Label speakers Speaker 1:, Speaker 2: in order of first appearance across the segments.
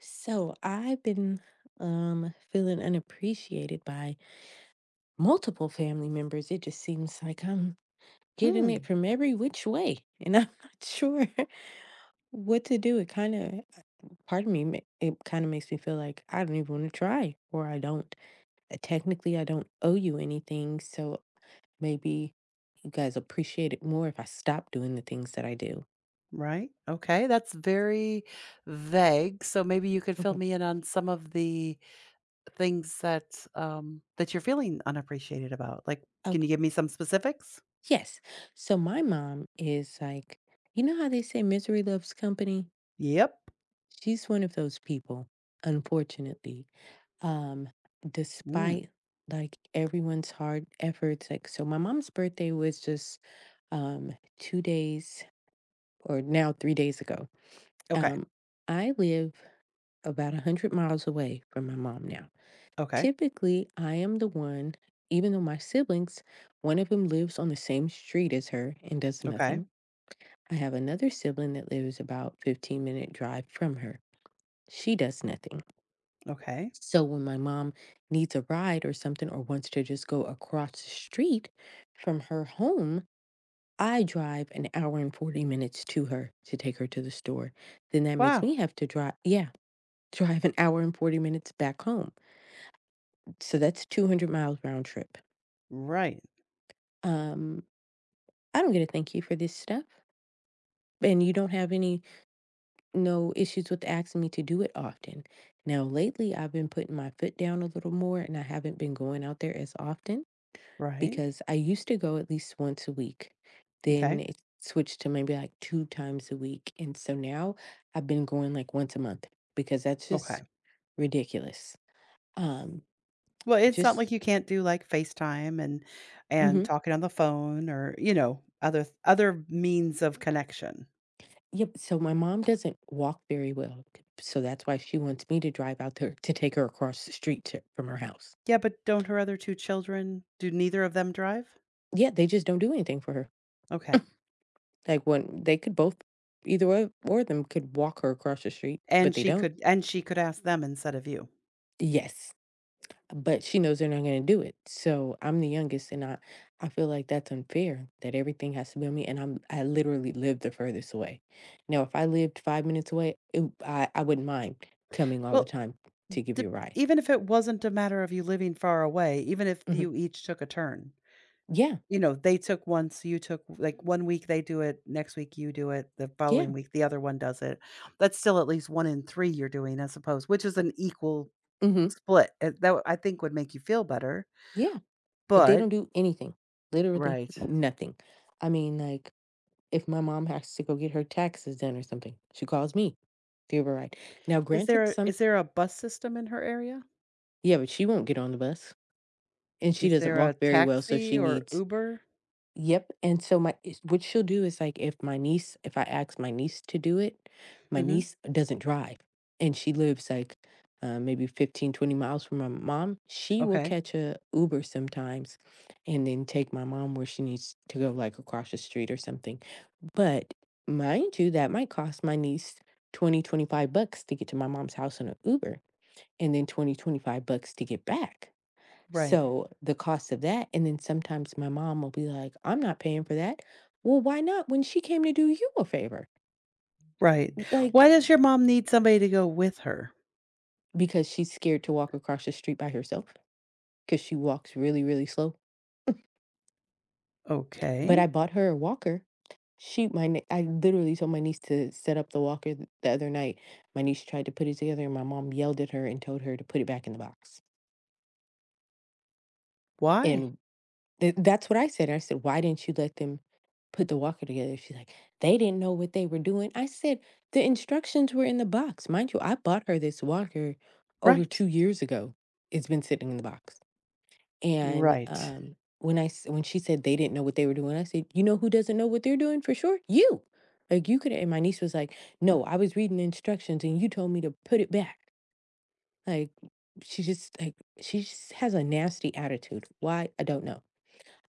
Speaker 1: So I've been feeling unappreciated by multiple family members. It just seems like I'm getting it
Speaker 2: Hmm,
Speaker 1: from every which way, and I'm not sure what to do. It kind of, part of me, it kind of makes me feel like I don't even want to try, or I don't. Technically, I don't owe you anything, so maybe you guys appreciate it more if I stop doing the things that I do.
Speaker 2: right. Okay, that's very vague. So maybe you could fill
Speaker 1: Okay.
Speaker 2: me in on some of the things that you're feeling unappreciated about. Like, can
Speaker 1: Okay.
Speaker 2: you give me some specifics?
Speaker 1: Yes. So my mom is like, you know how they say misery loves company?
Speaker 2: Yep.
Speaker 1: She's one of those people, unfortunately, um,
Speaker 2: Mm.
Speaker 1: despite, like, everyone's hard efforts, like so my mom's birthday was just, um, 2 days or now 3 days ago.
Speaker 2: Okay.
Speaker 1: Um, I live about 100 miles away from my mom now.
Speaker 2: Okay.
Speaker 1: Typically, I am the one, even though my siblings, one of them lives on the same street as her and does
Speaker 2: Okay.
Speaker 1: nothing. I have another sibling that lives about 15-minute drive from her. She does nothing.
Speaker 2: Okay.
Speaker 1: So when my mom needs a ride or something, or wants to just go across the street from her home, I drive an hour and 40 minutes to her to take her to the store. Then that makes
Speaker 2: Wow.
Speaker 1: me have to drive, yeah, drive an hour and 40 minutes back home. So that's 200 miles round trip.
Speaker 2: Right.
Speaker 1: Um, I don't get a thank you for this stuff. And you don't have no issues with asking me to do it often. Now, lately, I've been putting my foot down a little more and I haven't been going out there as often,
Speaker 2: Right.
Speaker 1: because I used to go at least once a week. Then
Speaker 2: Okay.
Speaker 1: it switched to maybe like two times a week. And so now I've been going like once a month because that's just
Speaker 2: Okay.
Speaker 1: ridiculous. Um,
Speaker 2: Well, it's not
Speaker 1: just,
Speaker 2: like you can't do like FaceTime and
Speaker 1: mhm.
Speaker 2: talking on the phone or, other means of connection.
Speaker 1: Yep. So my mom doesn't walk very well. So that's why she wants me to drive out there to take her across the street from her house.
Speaker 2: Yeah, but don't her other two children, do neither of them drive?
Speaker 1: Yeah. They just don't do anything for her.
Speaker 2: Okay.
Speaker 1: Like when they could both, either or of them could walk her across the street, but
Speaker 2: And
Speaker 1: they
Speaker 2: she
Speaker 1: don't.
Speaker 2: could and she could ask them instead of you.
Speaker 1: Yes. But she knows they're not going to do it. So I'm the youngest, and I feel like that's unfair that everything has to be on me, and I literally live the furthest away. Now, if I lived 5 minutes away, it, I wouldn't mind coming all the
Speaker 2: Well,
Speaker 1: time to give
Speaker 2: dep
Speaker 1: you a ride.
Speaker 2: even if it wasn't a matter of you living far away, even if
Speaker 1: Hmm.
Speaker 2: you each took a turn,
Speaker 1: Yeah,
Speaker 2: you know, they took once, you took like, 1 week they do it, next week you do it, the following
Speaker 1: yeah,
Speaker 2: week the other one does it. That's still at least 1 in 3 you're doing, I suppose, which is an equal
Speaker 1: hmm,
Speaker 2: split. I think would make you feel better,
Speaker 1: yeah. But they don't
Speaker 2: but
Speaker 1: do anything, literally
Speaker 2: right.
Speaker 1: nothing. I mean, like if my mom has to go get her taxes done or something, she calls me to give her a ride. Now,
Speaker 2: Is
Speaker 1: granted,
Speaker 2: there
Speaker 1: some
Speaker 2: is there a bus system in her area?
Speaker 1: yeah, but she won't get on the bus, and she
Speaker 2: Is
Speaker 1: doesn't
Speaker 2: there a
Speaker 1: walk very well, so she
Speaker 2: taxi or
Speaker 1: needs.
Speaker 2: Uber?
Speaker 1: Yep. And so my is what she'll do is, like, if I ask my niece to do it, my
Speaker 2: Mhm.
Speaker 1: niece doesn't drive, and she lives, like, maybe 15, 20 miles from my mom. She will
Speaker 2: Okay.
Speaker 1: catch a Uber sometimes and then take my mom where she needs to go, like, across the street or something, but mind you, that might cost my niece 20, $25 to get to my mom's house in an Uber, and then 20, $25 to get back.
Speaker 2: Right.
Speaker 1: So the cost of that, and then sometimes my mom will be like, I'm not paying for that. Well, why not when she came to do you a favor?
Speaker 2: Right. Why
Speaker 1: Like,
Speaker 2: does your mom need somebody to go with her?
Speaker 1: because she's scared to walk across the street by herself because she walks really, really slow. But I
Speaker 2: Okay.
Speaker 1: bought her a walker. I literally told my niece to set up the walker the other night. My niece tried to put it together, and my mom yelled at her and told her to put it back in the box.
Speaker 2: Why?
Speaker 1: And. Th that's what I said. I said, "Why didn't you let them put the walker together?" She's like, "They didn't know what they were doing." I said, "The instructions were in the box." Mind you, I bought her this walker over
Speaker 2: Right.
Speaker 1: 2 years ago. It's been sitting in the box. And,
Speaker 2: Right.
Speaker 1: when I s when she said they didn't know what they were doing, I said, "You know who doesn't know what they're doing for sure? You." Like, you could, and my niece was like,
Speaker 2: Mm.
Speaker 1: "No, I was reading the instructions and you told me to put it back." Like, she just like, she just has a nasty attitude. Why? I don't know.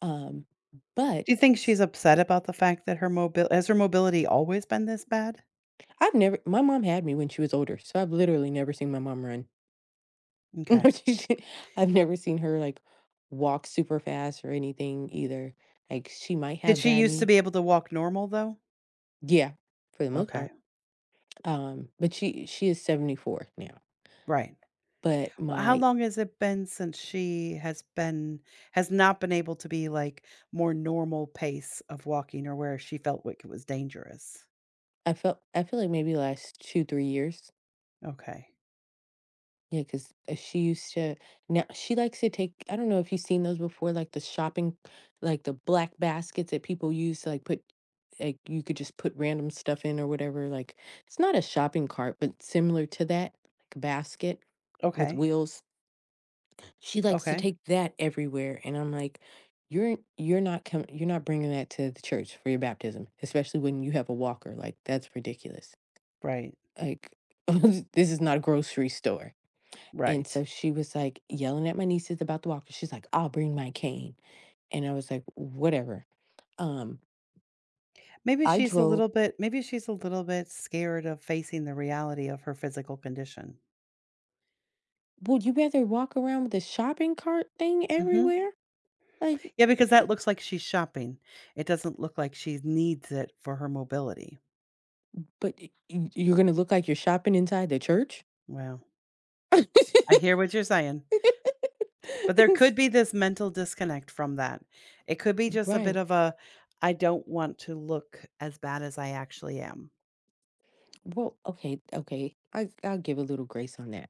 Speaker 1: Um, but
Speaker 2: Do you think
Speaker 1: s
Speaker 2: she's upset about the fact that her mobil has her mobility always been this bad?
Speaker 1: I've never my mom had me when she was older, so I've literally never seen my mom run. No,
Speaker 2: Okay.
Speaker 1: I've never seen her, like, walk super fast or anything either. Like, she might
Speaker 2: Did
Speaker 1: have
Speaker 2: she
Speaker 1: bad
Speaker 2: used to
Speaker 1: knee.
Speaker 2: be able to walk normal though?
Speaker 1: Yeah, for the most
Speaker 2: Okay.
Speaker 1: part. But she is 74 now,
Speaker 2: Right.
Speaker 1: but
Speaker 2: Well, how
Speaker 1: my
Speaker 2: long has it been since she has been has not been able to be, like, more normal pace of walking or where she felt like it was dangerous?
Speaker 1: I felt I feel like maybe last 2, 3 years.
Speaker 2: Okay.
Speaker 1: Yeah, cause she used to, now she likes to take, I don't know if you've seen those before, like, the shopping, like, the black baskets that people use to, like, put, like, you could just put random stuff in or whatever, like, it's not a shopping cart, but similar to that, like a basket with
Speaker 2: Okay.
Speaker 1: wheels. She likes to
Speaker 2: Okay.
Speaker 1: take that everywhere, and I'm like, "You're not bringing that to the church for your baptism, especially when you have a walker, like, that's ridiculous.
Speaker 2: Right.
Speaker 1: Like, this is not a grocery store." And
Speaker 2: Right.
Speaker 1: so she was like yelling at my nieces about the walker. She's like, I'll bring my cane. And I was like, whatever. Um, I drove.
Speaker 2: Maybe she's a little bit scared of facing the reality of her physical condition.
Speaker 1: Would you rather walk around with a shopping cart thing
Speaker 2: Mhm.
Speaker 1: everywhere? Like,
Speaker 2: Yeah, because that looks like she's shopping. It doesn't look like she needs it for her mobility.
Speaker 1: but you're gonna look like you're shopping inside the church?
Speaker 2: Well, I hear what you're saying, but there
Speaker 1: And s-
Speaker 2: could be this mental disconnect from that. It could be just a bit
Speaker 1: Right.
Speaker 2: of a I don't want to look as bad as I actually am.
Speaker 1: Well, okay, okay. I'll give a little grace on that.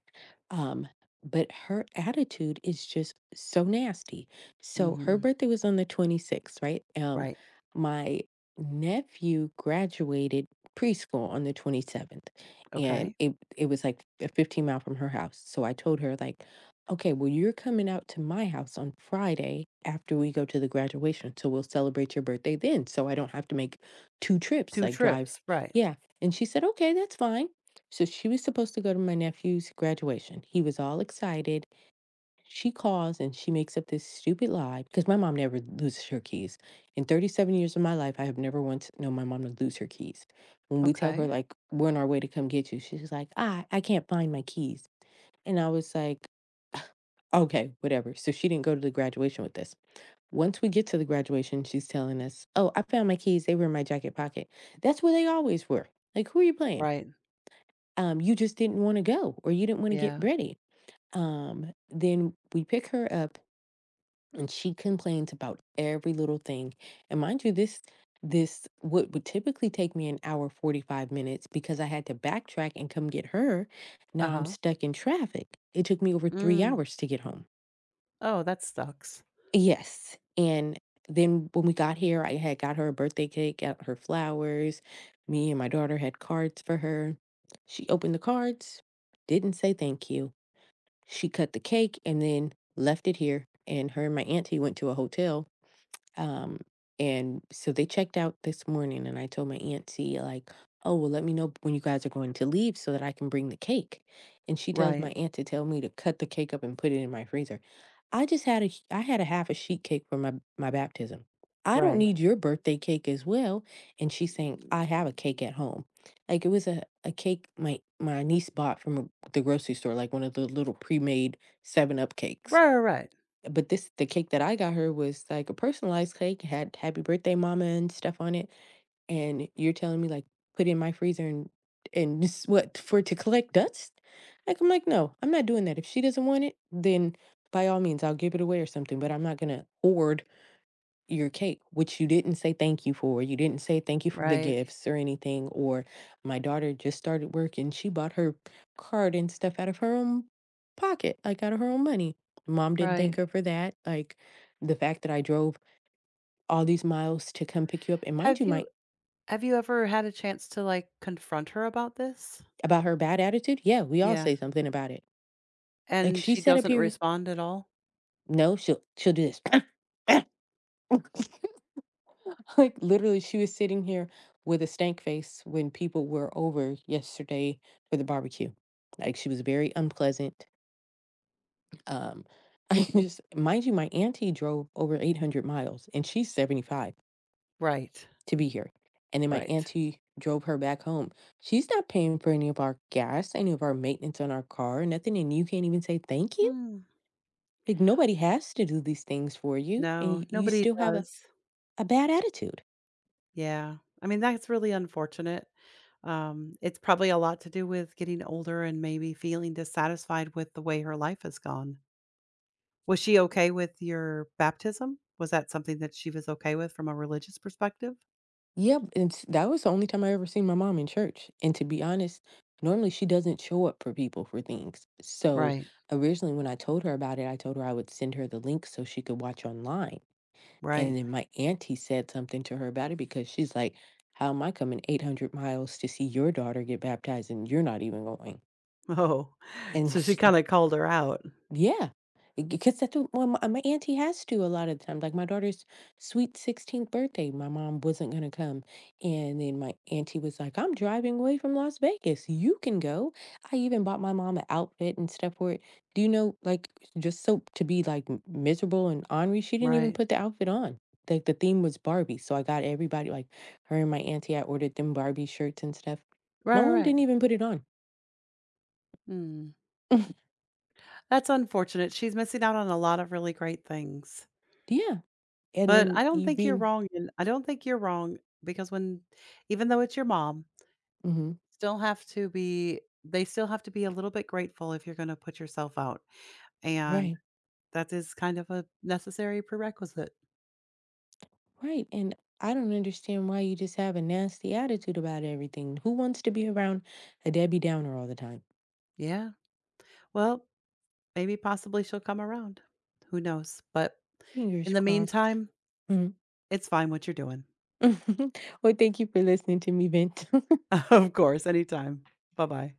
Speaker 1: Um, but her attitude is just so nasty. So her
Speaker 2: Mhm.
Speaker 1: birthday was on the 26th, right?
Speaker 2: Right.
Speaker 1: My nephew graduated preschool on the 27th, and
Speaker 2: Okay.
Speaker 1: it was like a 15-mile from her house. So I told her, like, okay, well, you're coming out to my house on Friday after we go to the graduation. So we'll celebrate your birthday then. So I don't have to make two trips,
Speaker 2: 2
Speaker 1: like drive.
Speaker 2: trips, right.
Speaker 1: Yeah. And she said, okay, that's fine. So she was supposed to go to my nephew's graduation. He was all excited. She calls and she makes up this stupid lie, because my mom never loses her keys. In 37 years of my life, I have never once known my mom to lose her keys. When we tell her,
Speaker 2: Okay.
Speaker 1: like, we're on our way to come get you, she's like, ah, I can't find my keys. And I was like, okay, whatever. So she didn't go to the graduation with us. Once we get to the graduation, she's telling us, oh, I found my keys. They were in my jacket pocket. That's where they always were. Like, who are you playing?
Speaker 2: Right.
Speaker 1: You just didn't want to go, or you didn't want to get
Speaker 2: Yeah.
Speaker 1: ready. Then we pick her up and she complains about every little thing. And mind you, this what would typically take me an hour 45 minutes because I had to backtrack and come get her. Now I'm
Speaker 2: Uh-huh.
Speaker 1: stuck in traffic. It took me over three
Speaker 2: Mm.
Speaker 1: hours to get home.
Speaker 2: Oh, that sucks.
Speaker 1: Yes. And then when we got here, I had got her a birthday cake, got her flowers. Me and my daughter had cards for her. She opened the cards, didn't say thank you. She cut the cake and then left it here, and her and my auntie went to a hotel, um, and so they checked out this morning, and I told my auntie, like, oh, well, let me know when you guys are going to leave so that I can bring the cake. And she tells my
Speaker 2: Right,
Speaker 1: aunt to tell me to cut the cake up and put it in my freezer. I had a half a sheet cake for my baptism. I don't
Speaker 2: right.
Speaker 1: need your birthday cake as well. And she's saying I have a cake at home. Like it was a cake my niece bought from the grocery store, like one of the little pre-made seven up cakes.
Speaker 2: Right, right,
Speaker 1: But this the cake that I got her was, like, a personalized cake. It had "Happy Birthday, Mama" and stuff on it, and you're telling me, like, "Put it in my freezer, and s what, for it to collect dust?" Like, I'm like, "No, I'm not doing that. If she doesn't want it, then by all means, I'll give it away or something, but I'm not gonna hoard your cake, which you didn't say thank you for. You didn't say thank you for the
Speaker 2: right,
Speaker 1: gifts or anything. Or my daughter just started work and she bought her card and stuff out of her own pocket, like out of her own money. Mom didn't thank
Speaker 2: right.
Speaker 1: her for that. Like the fact that I drove all these miles to come pick you up." And mind
Speaker 2: Have
Speaker 1: you, my
Speaker 2: you have you ever had a chance to, like, confront her about this?
Speaker 1: about her bad attitude, yeah, we all
Speaker 2: Yeah,
Speaker 1: say something about it. Like
Speaker 2: and
Speaker 1: she
Speaker 2: she
Speaker 1: said a
Speaker 2: doesn't
Speaker 1: period.
Speaker 2: respond at all?
Speaker 1: No, she'll do this. Like literally, she was sitting here with a stank face when people were over yesterday for the barbecue. Like she was very unpleasant. Um, I just mind you, my auntie drove over 800 miles and she's 75
Speaker 2: Right,
Speaker 1: to be here. And then my
Speaker 2: right.
Speaker 1: auntie drove her back home. She's not paying for any of our gas, any of our maintenance on our car, nothing. And you can't even say thank you.
Speaker 2: Mm.
Speaker 1: Like nobody has to do these things for you, and
Speaker 2: No,
Speaker 1: you
Speaker 2: nobody
Speaker 1: still have a,
Speaker 2: does.
Speaker 1: a bad attitude.
Speaker 2: Yeah. I mean, that's really unfortunate. It's probably a lot to do with getting older and maybe feeling dissatisfied with the way her life has gone. Was she okay with your baptism? Was that something that she was okay with from a religious perspective?
Speaker 1: Yep, and s that was the only time I ever seen my mom in church, and to be honest, normally she doesn't show up for people for things. So,
Speaker 2: Right.
Speaker 1: originally when I told her about it, I told her I would send her the link so she could watch online, and
Speaker 2: Right.
Speaker 1: then my auntie said something to her about it because she's like, "How am I coming 800 miles to see your daughter get baptized and you're not even going?"
Speaker 2: Oh,
Speaker 1: And
Speaker 2: so she kinda called her out.
Speaker 1: yeah, because that's what my auntie has to a lot of the time. Like my daughter's sweet 16th birthday, my mom wasn't gonna come, and then my auntie was like, "I'm driving away from Las Vegas. You can go." I even bought my mom an outfit and stuff for it. Do you know, like, just so to be like miserable and ornery, she didn't even
Speaker 2: Right.
Speaker 1: put the outfit on. Like the theme was Barbie, so I got everybody, like her and my auntie, I ordered them Barbie shirts and stuff.
Speaker 2: Right,
Speaker 1: My
Speaker 2: right,
Speaker 1: mom
Speaker 2: right.
Speaker 1: didn't even put it on.
Speaker 2: Mm. That's unfortunate. She's missing out on a lot of really great things.
Speaker 1: Yeah, and
Speaker 2: But
Speaker 1: then
Speaker 2: I don't
Speaker 1: you
Speaker 2: think you're
Speaker 1: being.
Speaker 2: wrong, and I don't think you're wrong because when even though it's your mom,
Speaker 1: Mhm,
Speaker 2: still have to be they still have to be a little bit grateful if you're gonna put yourself out, and
Speaker 1: right.
Speaker 2: that is kind of a necessary prerequisite.
Speaker 1: Right. And I don't understand why you just have a nasty attitude about everything. Who wants to be around a Debbie Downer all the time?
Speaker 2: Yeah. Well, maybe possibly she'll come around. Who knows? But in
Speaker 1: Fingers
Speaker 2: the
Speaker 1: crossed.
Speaker 2: meantime,
Speaker 1: Mhm.
Speaker 2: it's fine what you're doing.
Speaker 1: Well, thank you for listening to me, Vent.
Speaker 2: Of course, anytime. Bye-bye.